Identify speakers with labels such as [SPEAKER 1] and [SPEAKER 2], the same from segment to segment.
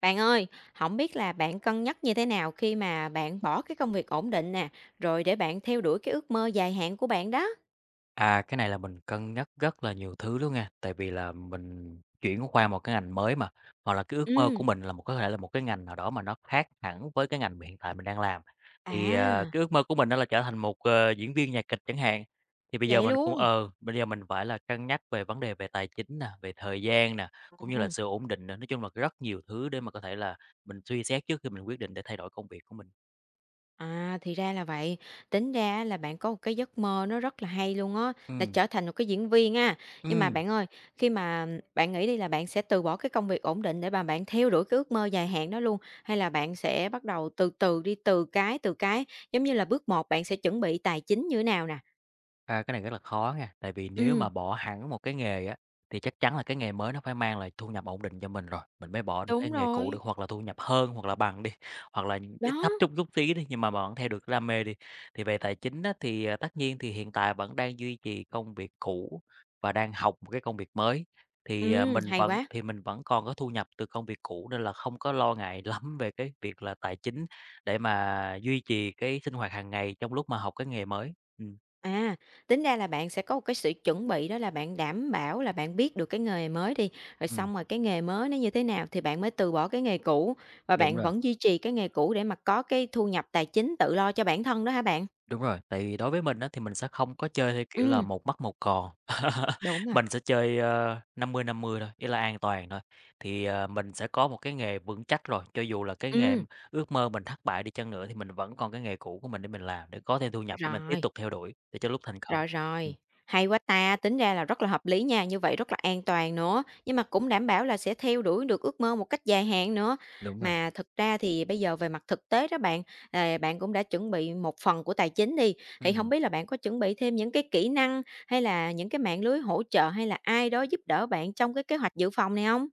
[SPEAKER 1] Bạn ơi, không biết là bạn cân nhắc như thế nào khi mà bạn bỏ cái công việc ổn định nè, rồi để bạn theo đuổi cái ước mơ dài hạn của bạn đó?
[SPEAKER 2] À, cái này là mình cân nhắc rất là nhiều thứ luôn nha, tại vì là mình chuyển qua một cái ngành mới mà, hoặc là cái ước mơ
[SPEAKER 1] Ừ.
[SPEAKER 2] của mình là một có thể là một cái ngành nào đó mà nó khác hẳn với cái ngành mà hiện tại mình đang làm. Thì,
[SPEAKER 1] À.
[SPEAKER 2] cái ước mơ của mình đó là trở thành một, diễn viên nhạc kịch chẳng hạn, thì bây giờ
[SPEAKER 1] Vậy
[SPEAKER 2] mình
[SPEAKER 1] luôn?
[SPEAKER 2] bây giờ mình phải là cân nhắc về vấn đề về tài chính nè, về thời gian nè, cũng như là
[SPEAKER 1] Ừm.
[SPEAKER 2] sự ổn định nữa, nói chung là rất nhiều thứ để mà có thể là mình suy xét trước khi mình quyết định để thay đổi công việc của mình.
[SPEAKER 1] À, thì ra là vậy. Tính ra là bạn có một cái giấc mơ nó rất là hay luôn á, là
[SPEAKER 2] Ừ.
[SPEAKER 1] trở thành một cái diễn viên ha. Nhưng mà
[SPEAKER 2] Ừm.
[SPEAKER 1] bạn ơi, khi mà bạn nghĩ đi là bạn sẽ từ bỏ cái công việc ổn định để mà bạn theo đuổi cái ước mơ dài hạn đó luôn, hay là bạn sẽ bắt đầu từ từ đi, từ cái, giống như là bước một bạn sẽ chuẩn bị tài chính như thế nào nè?
[SPEAKER 2] A, cái này rất là khó nha, tại vì nếu
[SPEAKER 1] Ừm.
[SPEAKER 2] mà bỏ hẳn một cái nghề á, thì chắc chắn là cái nghề mới nó phải mang lại thu nhập ổn định cho mình rồi, mình mới bỏ được
[SPEAKER 1] Đúng
[SPEAKER 2] cái nghề cũ
[SPEAKER 1] rồi,
[SPEAKER 2] được, hoặc là thu nhập hơn, hoặc là bằng đi, hoặc là ít
[SPEAKER 1] đó.
[SPEAKER 2] thấp chút chút tí đi, nhưng mà vẫn theo được cái đam mê đi. Thì về tài chính á, thì, à, tất nhiên thì hiện tại vẫn đang duy trì công việc cũ và đang học một cái công việc mới, thì, à, mình
[SPEAKER 1] Hay
[SPEAKER 2] vẫn
[SPEAKER 1] quá.
[SPEAKER 2] thì mình vẫn còn có thu nhập từ công việc cũ nên là không có lo ngại lắm về cái việc là tài chính để mà duy trì cái sinh hoạt hàng ngày trong lúc mà học cái nghề mới. Ừm.
[SPEAKER 1] À, tính ra là bạn sẽ có một cái sự chuẩn bị đó là bạn đảm bảo là bạn biết được cái nghề mới đi, rồi
[SPEAKER 2] Ừm.
[SPEAKER 1] xong rồi cái nghề mới nó như thế nào thì bạn mới từ bỏ cái nghề cũ và
[SPEAKER 2] Đúng
[SPEAKER 1] bạn
[SPEAKER 2] rồi,
[SPEAKER 1] vẫn duy trì cái nghề cũ để mà có cái thu nhập tài chính tự lo cho bản thân đó hả bạn?
[SPEAKER 2] đúng rồi. Tại vì đối với mình á, thì mình sẽ không có chơi theo kiểu là
[SPEAKER 1] Ừm.
[SPEAKER 2] một mất một còn.
[SPEAKER 1] Đúng rồi.
[SPEAKER 2] Mình sẽ chơi, 50-50 thôi, ý là an toàn thôi. Thì, mình sẽ có một cái nghề vững chắc rồi, cho dù là cái nghề
[SPEAKER 1] Ừm,
[SPEAKER 2] ước mơ mình thất bại đi chăng nữa thì mình vẫn còn cái nghề cũ của mình để mình làm, để có thêm thu nhập để mình tiếp
[SPEAKER 1] rồi.
[SPEAKER 2] tục theo đuổi, để cho lúc thành công.
[SPEAKER 1] Rồi, rồi,
[SPEAKER 2] Ừm,
[SPEAKER 1] hay quá ta, tính ra là rất là hợp lý nha, như vậy rất là an toàn nữa, nhưng mà cũng đảm bảo là sẽ theo đuổi được ước mơ một cách dài hạn nữa.
[SPEAKER 2] đúng rồi.
[SPEAKER 1] Mà thực ra thì bây giờ về mặt thực tế đó bạn, à, bạn cũng đã chuẩn bị một phần của tài chính đi, thì không
[SPEAKER 2] Ừm.
[SPEAKER 1] biết là bạn có chuẩn bị thêm những cái kỹ năng hay là những cái mạng lưới hỗ trợ hay là ai đó giúp đỡ bạn trong cái kế hoạch dự phòng này không?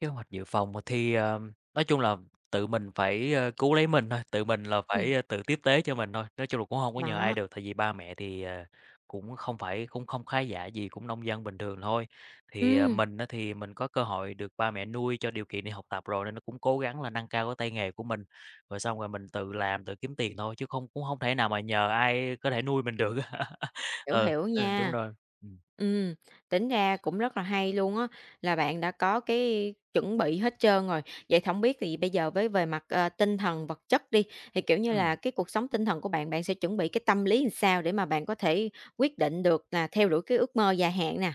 [SPEAKER 2] Kế hoạch dự phòng thì, nói chung là tự mình phải, cứu lấy mình thôi, tự mình là
[SPEAKER 1] Ừ.
[SPEAKER 2] phải, tự tiếp tế cho mình thôi, nói chung là cũng không có nhờ ai
[SPEAKER 1] Đó.
[SPEAKER 2] được, tại vì ba mẹ thì, cũng không khá giả gì, cũng nông dân bình thường thôi. Thì,
[SPEAKER 1] Ừm.
[SPEAKER 2] mình á thì mình có cơ hội được ba mẹ nuôi cho điều kiện đi học tập rồi nên nó cũng cố gắng là nâng cao cái tay nghề của mình, rồi xong rồi mình tự làm, tự kiếm tiền thôi, chứ không cũng không thể nào mà nhờ ai có thể nuôi mình được á.
[SPEAKER 1] Hiểu,
[SPEAKER 2] Ừ,
[SPEAKER 1] hiểu
[SPEAKER 2] ừ, đúng
[SPEAKER 1] nha.
[SPEAKER 2] rồi. Ừm.
[SPEAKER 1] Ừm, tính ra cũng rất là hay luôn á, là bạn đã có cái chuẩn bị hết trơn rồi. Vậy thì biết thì bây giờ với về mặt, tinh thần, vật chất đi, thì, kiểu như là,
[SPEAKER 2] Ừm,
[SPEAKER 1] cái cuộc sống tinh thần của bạn, bạn sẽ chuẩn bị cái tâm lý làm sao để mà bạn có thể quyết định được là theo đuổi cái ước mơ dài hạn nè?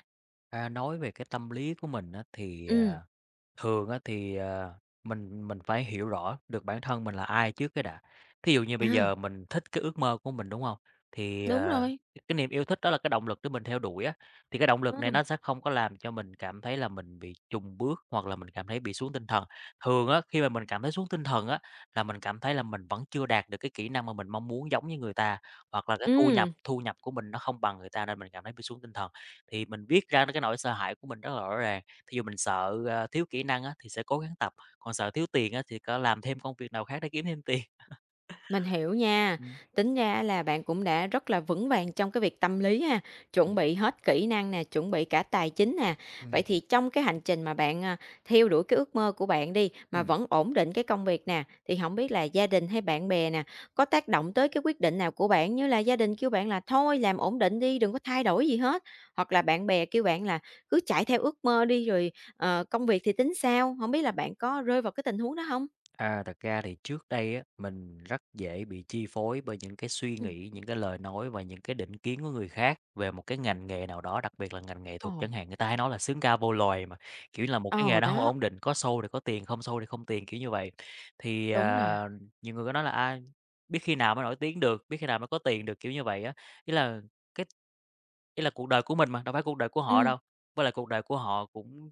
[SPEAKER 2] à, nói về cái tâm lý của mình á thì,
[SPEAKER 1] Ừ.
[SPEAKER 2] à. Thường á thì, mình phải hiểu rõ được bản thân mình là ai trước cái đã. Thí dụ như bây giờ
[SPEAKER 1] À.
[SPEAKER 2] mình thích cái ước mơ của mình, đúng không? Thì,
[SPEAKER 1] Đúng rồi.
[SPEAKER 2] cái niềm yêu thích đó là cái động lực để mình theo đuổi á, thì cái động lực này
[SPEAKER 1] Ừ.
[SPEAKER 2] nó sẽ không có làm cho mình cảm thấy là mình bị chùn bước hoặc là mình cảm thấy bị xuống tinh thần. Thường á, khi mà mình cảm thấy xuống tinh thần á, là mình cảm thấy là mình vẫn chưa đạt được cái kỹ năng mà mình mong muốn giống như người ta, hoặc là cái thu nhập
[SPEAKER 1] Ừm.
[SPEAKER 2] thu nhập của mình nó không bằng người ta nên mình cảm thấy bị xuống tinh thần. Thì mình viết ra cái nỗi sợ hãi của mình rất là rõ ràng. Thí dụ mình sợ, thiếu kỹ năng á, thì sẽ cố gắng tập, còn sợ thiếu tiền á, thì có làm thêm công việc nào khác để kiếm thêm tiền.
[SPEAKER 1] Mình hiểu nha. Tính ra là bạn cũng đã rất là vững vàng trong cái việc tâm lý ha, chuẩn
[SPEAKER 2] Ừm.
[SPEAKER 1] bị hết kỹ năng nè, chuẩn bị cả tài chính nè. Vậy
[SPEAKER 2] Ừm,
[SPEAKER 1] thì trong cái hành trình mà bạn, à, theo đuổi cái ước mơ của bạn đi, mà
[SPEAKER 2] ừm.
[SPEAKER 1] vẫn ổn định cái công việc nè, thì không biết là gia đình hay bạn bè nè, có tác động tới cái quyết định nào của bạn? Như là gia đình kêu bạn là "Thôi làm ổn định đi, đừng có thay đổi gì hết", hoặc là bạn bè kêu bạn là "Cứ chạy theo ước mơ đi rồi, công việc thì tính sao", không biết là bạn có rơi vào cái tình huống đó không?
[SPEAKER 2] À, thật ra thì trước đây á, mình rất dễ bị chi phối bởi những cái suy
[SPEAKER 1] Ừm.
[SPEAKER 2] nghĩ, những cái lời nói và những cái định kiến của người khác về một cái ngành nghề nào đó, đặc biệt là ngành nghệ
[SPEAKER 1] Ồ.
[SPEAKER 2] thuật chẳng hạn. Người ta hay nói là "sướng ca vô loài" mà, kiểu là, một cái nghề
[SPEAKER 1] Ờ,
[SPEAKER 2] đó không
[SPEAKER 1] đó,
[SPEAKER 2] ổn định, có show thì có tiền, không show thì không tiền, kiểu như vậy. Thì,
[SPEAKER 1] đúng rồi.
[SPEAKER 2] à, nhiều người có nói là "A, biết khi nào mới nổi tiếng được, biết khi nào mới có tiền được", kiểu như vậy á. Ý là cái Ý là cuộc đời của mình mà, đâu phải cuộc đời của họ
[SPEAKER 1] Ừ.
[SPEAKER 2] đâu. Với lại cuộc đời của họ cũng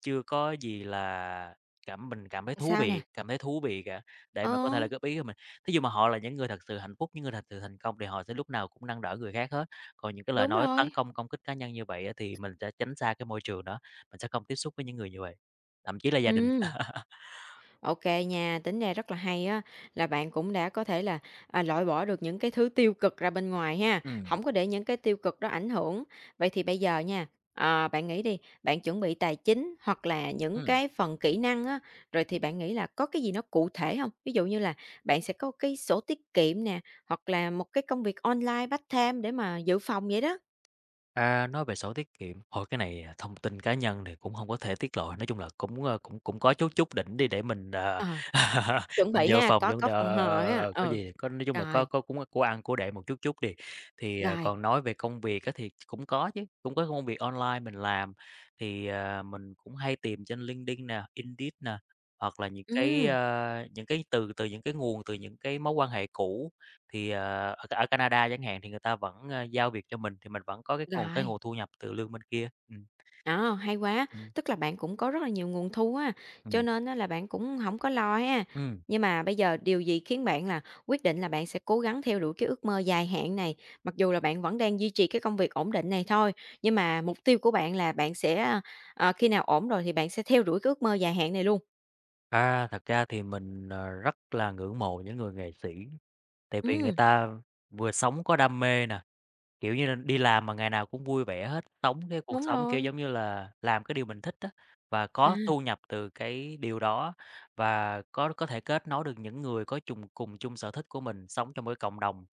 [SPEAKER 2] chưa có gì là mình cảm thấy thú
[SPEAKER 1] Sao nè?
[SPEAKER 2] vị cảm thấy thú vị cả, để mà có
[SPEAKER 1] Ờ,
[SPEAKER 2] thể là góp ý của mình. Thí dụ mà họ là những người thật sự hạnh phúc, những người thật sự thành công thì họ sẽ lúc nào cũng nâng đỡ người khác hết. Còn những cái lời
[SPEAKER 1] đúng
[SPEAKER 2] nói
[SPEAKER 1] rồi.
[SPEAKER 2] tấn công, công kích cá nhân như vậy á thì mình sẽ tránh xa cái môi trường đó, mình sẽ không tiếp xúc với những người như vậy, thậm chí là gia đình.
[SPEAKER 1] Ừ. OK nha, tính ra rất là hay á, là bạn cũng đã có thể là, à, loại bỏ được những cái thứ tiêu cực ra bên ngoài ha,
[SPEAKER 2] Ừm,
[SPEAKER 1] không có để những cái tiêu cực đó ảnh hưởng. Vậy thì bây giờ nha, bạn nghĩ đi, bạn chuẩn bị tài chính hoặc là những
[SPEAKER 2] ừm.
[SPEAKER 1] cái phần kỹ năng á, rồi thì bạn nghĩ là có cái gì nó cụ thể không? Ví dụ như là bạn sẽ có cái sổ tiết kiệm nè, hoặc là một cái công việc online part-time để mà dự phòng vậy đó.
[SPEAKER 2] À, nói về sổ tiết kiệm, thôi cái này, à, thông tin cá nhân thì cũng không có thể tiết lộ, nói chung là cũng, cũng có chút chút đỉnh đi để mình,
[SPEAKER 1] Ờ, chuẩn
[SPEAKER 2] mình
[SPEAKER 1] bị
[SPEAKER 2] dự
[SPEAKER 1] ha,
[SPEAKER 2] phòng
[SPEAKER 1] có
[SPEAKER 2] cho,
[SPEAKER 1] có
[SPEAKER 2] ờ,
[SPEAKER 1] phòng hờ
[SPEAKER 2] ờ, ờ,
[SPEAKER 1] ha,
[SPEAKER 2] ờ, có
[SPEAKER 1] ừ.
[SPEAKER 2] gì nói chung là
[SPEAKER 1] Rồi.
[SPEAKER 2] có cũng có của ăn của để một chút chút đi. Thì, à,
[SPEAKER 1] Rồi,
[SPEAKER 2] còn nói về công việc á thì cũng có chứ, cũng có công việc online mình làm, thì, à, mình cũng hay tìm trên LinkedIn nè, Indeed nè, hoặc là
[SPEAKER 1] ừm,
[SPEAKER 2] những cái từ từ những cái nguồn, từ những cái mối quan hệ cũ thì, ở ở Canada chẳng hạn thì người ta vẫn, giao việc cho mình, thì mình vẫn có cái nguồn cái
[SPEAKER 1] rồi,
[SPEAKER 2] nguồn thu nhập từ lương bên kia. Ừm.
[SPEAKER 1] đó, hay quá,
[SPEAKER 2] Ừm,
[SPEAKER 1] tức là bạn cũng có rất là nhiều nguồn thu á, cho
[SPEAKER 2] ừm,
[SPEAKER 1] nên á là bạn cũng không có lo ha.
[SPEAKER 2] ừm.
[SPEAKER 1] Nhưng mà bây giờ điều gì khiến bạn là quyết định là bạn sẽ cố gắng theo đuổi cái ước mơ dài hạn này? Mặc dù là bạn vẫn đang duy trì cái công việc ổn định này thôi, nhưng mà mục tiêu của bạn là bạn sẽ, khi nào ổn rồi thì bạn sẽ theo đuổi cái ước mơ dài hạn này luôn.
[SPEAKER 2] À, thật ra thì mình, rất là ngưỡng mộ những người nghệ sĩ, tại vì người
[SPEAKER 1] Ừm.
[SPEAKER 2] ta vừa sống có đam mê nè, kiểu như là, đi làm mà ngày nào cũng vui vẻ hết, sống cái cuộc
[SPEAKER 1] Đúng
[SPEAKER 2] sống, kiểu,
[SPEAKER 1] rồi.
[SPEAKER 2] giống như là, làm cái điều mình thích á, và
[SPEAKER 1] À.
[SPEAKER 2] có thu nhập từ cái điều đó, và có thể kết nối được những người có chung cùng chung sở thích của mình, sống trong một cái cộng đồng.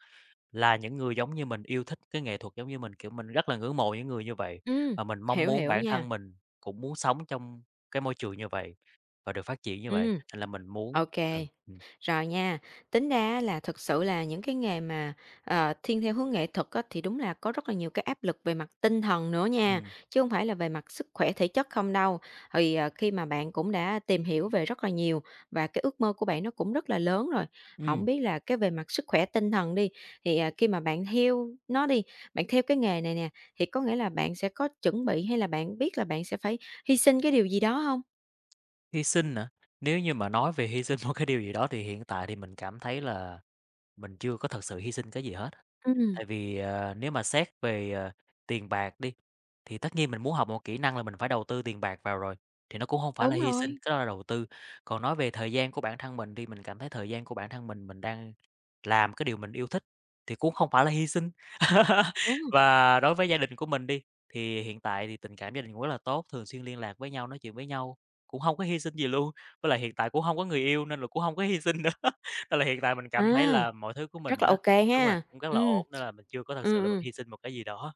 [SPEAKER 2] Là những người giống như mình, yêu thích cái nghệ thuật giống như mình, kiểu, mình rất là ngưỡng mộ những người như vậy,
[SPEAKER 1] Ừm.
[SPEAKER 2] và mình mong
[SPEAKER 1] Hiểu,
[SPEAKER 2] muốn
[SPEAKER 1] hiểu
[SPEAKER 2] bản
[SPEAKER 1] nha.
[SPEAKER 2] thân mình cũng muốn sống trong cái môi trường như vậy và được phát triển như vậy,
[SPEAKER 1] Ừm.
[SPEAKER 2] nên là mình muốn
[SPEAKER 1] OK.
[SPEAKER 2] ừ.
[SPEAKER 1] Rồi nha, tính ra là thực sự là những cái nghề mà, thiên theo hướng nghệ thuật á, thì đúng là có rất là nhiều cái áp lực về mặt tinh thần nữa nha,
[SPEAKER 2] Ừm.
[SPEAKER 1] chứ không phải là về mặt sức khỏe thể chất không đâu. Thì, khi mà bạn cũng đã tìm hiểu về rất là nhiều và cái ước mơ của bạn nó cũng rất là lớn rồi, không
[SPEAKER 2] Ừm,
[SPEAKER 1] biết là cái về mặt sức khỏe tinh thần đi, thì, à, khi mà bạn theo nó đi, bạn theo cái nghề này nè, thì có nghĩa là bạn sẽ có chuẩn bị hay là bạn biết là bạn sẽ phải hy sinh cái điều gì đó không?
[SPEAKER 2] hy sinh hả? Nếu như mà nói về hy sinh một cái điều gì đó thì hiện tại thì mình cảm thấy là mình chưa có thật sự hy sinh cái gì hết.
[SPEAKER 1] Ừm.
[SPEAKER 2] Tại vì, nếu mà xét về, tiền bạc đi, thì tất nhiên mình muốn học một kỹ năng là mình phải đầu tư tiền bạc vào rồi, thì nó cũng không phải là
[SPEAKER 1] Đúng
[SPEAKER 2] hy sinh,
[SPEAKER 1] rồi,
[SPEAKER 2] cái đó là đầu tư. Còn nói về thời gian của bản thân mình đi, mình cảm thấy thời gian của bản thân mình đang làm cái điều mình yêu thích thì cũng không phải là hy sinh.
[SPEAKER 1] đúng.
[SPEAKER 2] Và đối với gia đình của mình đi, thì hiện tại thì tình cảm gia đình cũng rất là tốt, thường xuyên liên lạc với nhau, nói chuyện với nhau, cũng không có hy sinh gì luôn. Với lại hiện tại cũng không có người yêu nên là cũng không có hy sinh nữa, nên là hiện tại mình cảm thấy
[SPEAKER 1] À.
[SPEAKER 2] là mọi thứ của mình.
[SPEAKER 1] Rất là ô kê
[SPEAKER 2] Đúng rồi,
[SPEAKER 1] ha.
[SPEAKER 2] cũng rất là
[SPEAKER 1] Ừm.
[SPEAKER 2] ổn, nên là mình chưa có thật sự
[SPEAKER 1] Ừm,
[SPEAKER 2] là mình
[SPEAKER 1] ừm,
[SPEAKER 2] hy sinh một cái gì đó.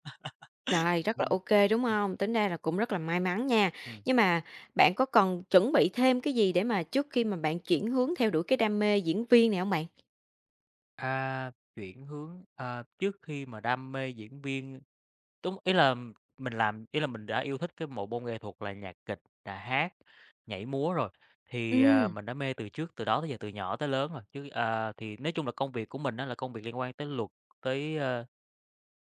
[SPEAKER 1] rồi, rất là
[SPEAKER 2] Ừm,
[SPEAKER 1] ô kê, đúng
[SPEAKER 2] ừm,
[SPEAKER 1] hông? Tính ra là cũng rất là may mắn nha.
[SPEAKER 2] ừm.
[SPEAKER 1] Nhưng mà bạn có cần chuẩn bị thêm cái gì để mà trước khi mà bạn chuyển hướng theo đuổi cái đam mê diễn viên này hông bạn?
[SPEAKER 2] À, chuyển hướng, à, trước khi mà đam mê diễn viên đúng, ý là mình đã yêu thích cái bộ môn nghệ thuật là nhạc kịch, là hát, nhảy múa rồi, thì, à,
[SPEAKER 1] Ừm,
[SPEAKER 2] mình đã mê từ trước từ đó tới giờ, từ nhỏ tới lớn rồi, chứ à, thì nói chung là công việc của mình đó là công việc liên quan tới luật, tới, à,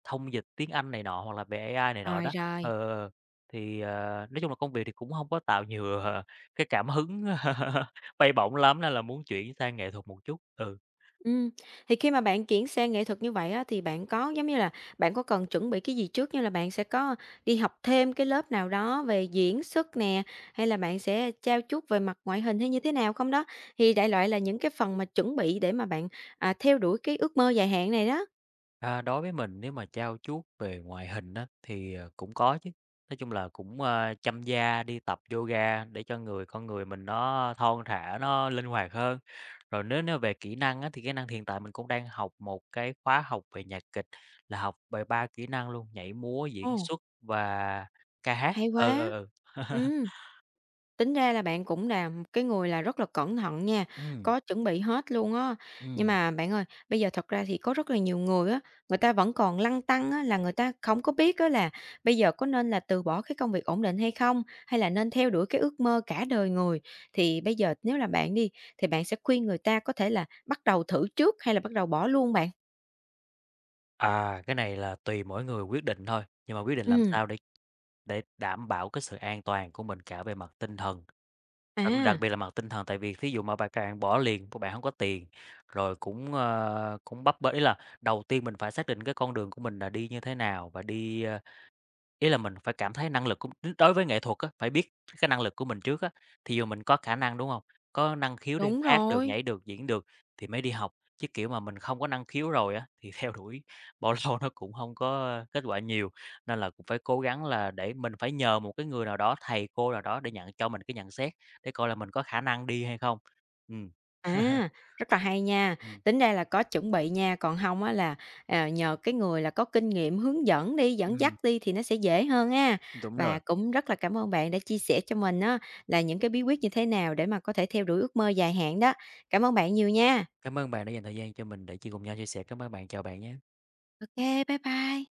[SPEAKER 2] thông dịch tiếng Anh này nọ hoặc là về AI này nọ
[SPEAKER 1] rồi,
[SPEAKER 2] đó.
[SPEAKER 1] rồi.
[SPEAKER 2] Ờ, ờ, thì, nói chung là công việc thì cũng hông có tạo nhiều, cái cảm hứng bay bổng lắm nên là muốn chuyển sang nghệ thuật một chút. Ừ.
[SPEAKER 1] Ừ, thì khi mà bạn chuyển sang nghệ thuật như vậy á, thì bạn có, giống như là, bạn có cần chuẩn bị cái gì trước, như là bạn sẽ có đi học thêm cái lớp nào đó về diễn xuất nè, hay là bạn sẽ trau chuốt về mặt ngoại hình hay như thế nào không đó? Thì đại loại là những cái phần mà chuẩn bị để mà bạn, à, theo đuổi cái ước mơ dài hạn này đó.
[SPEAKER 2] À, đối với mình nếu mà trau chuốt về ngoại hình á, thì, cũng có chứ. Nói chung là cũng, chăm da, đi tập yoga để cho người con người mình nó thon thả, nó linh hoạt hơn. Rồi nếu nếu về kỹ năng á, thì kỹ năng hiện tại mình cũng đang học một cái khóa học về nhạc kịch, là học về 3 kỹ năng luôn, nhảy, múa,
[SPEAKER 1] Ồ,
[SPEAKER 2] diễn xuất và ca hát.
[SPEAKER 1] hay
[SPEAKER 2] Ừ, ừ,
[SPEAKER 1] quá!
[SPEAKER 2] ừ.
[SPEAKER 1] Ừ. Tính ra là bạn cũng là một cái người là rất là cẩn thận nha,
[SPEAKER 2] Ừm,
[SPEAKER 1] có chuẩn bị hết luôn á. Nhưng
[SPEAKER 2] ừm.
[SPEAKER 1] mà bạn ơi, bây giờ thật ra thì có rất là nhiều người á, người ta vẫn còn lăn tăn á, là người ta không có biết á là bây giờ có nên là từ bỏ cái công việc ổn định hay không, hay là nên theo đuổi cái ước mơ cả đời người. Thì bây giờ nếu là bạn đi, thì bạn sẽ khuyên người ta có thể là bắt đầu thử trước hay là bắt đầu bỏ luôn bạn?
[SPEAKER 2] À, cái này là tùy mỗi người quyết định thôi, nhưng mà quyết định làm
[SPEAKER 1] Ừm,
[SPEAKER 2] sao để đảm bảo cái sự an toàn của mình cả về mặt tinh thần, đặc đặc
[SPEAKER 1] à,
[SPEAKER 2] biệt là mặt tinh thần, tại vì thí dụ mà bà càng bỏ liền, của bạn không có tiền, rồi cũng bấp bênh ý là đầu tiên mình phải xác định cái con đường của mình là đi như thế nào và đi, ý là mình phải cảm thấy năng lực của đối với nghệ thuật á, phải biết cái năng lực của mình trước á. Thì dù mình có khả năng, đúng hông? Có năng khiếu đi,
[SPEAKER 1] đúng
[SPEAKER 2] hát được,
[SPEAKER 1] rồi.
[SPEAKER 2] nhảy được, diễn được thì mới đi học, chứ, kiểu, mà mình không có năng khiếu rồi á, thì theo đuổi bao lâu nó cũng hông có kết quả nhiều. Nên là cũng phải cố gắng là để mình phải nhờ một cái người nào đó, thầy cô nào đó để nhận cho mình cái nhận xét, để coi là mình có khả năng đi hay không. Ừm.
[SPEAKER 1] À, rất là hay nha,
[SPEAKER 2] Ừm,
[SPEAKER 1] tính ra là có chuẩn bị nha, còn không á là, nhờ cái người là có kinh nghiệm hướng dẫn đi, dẫn dắt
[SPEAKER 2] ừm,
[SPEAKER 1] đi thì nó sẽ dễ hơn ha.
[SPEAKER 2] đúng
[SPEAKER 1] Và
[SPEAKER 2] rồi.
[SPEAKER 1] cũng rất là cảm ơn bạn đã chia sẻ cho mình á là những cái bí quyết như thế nào để mà có thể theo đuổi ước mơ dài hạn đó. Cảm ơn bạn nhiều nha.
[SPEAKER 2] Cảm ơn bạn đã dành thời gian cho mình để chia cùng nhau chia sẻ. Cảm ơn bạn, chào bạn nhá.
[SPEAKER 1] OK, bye bye.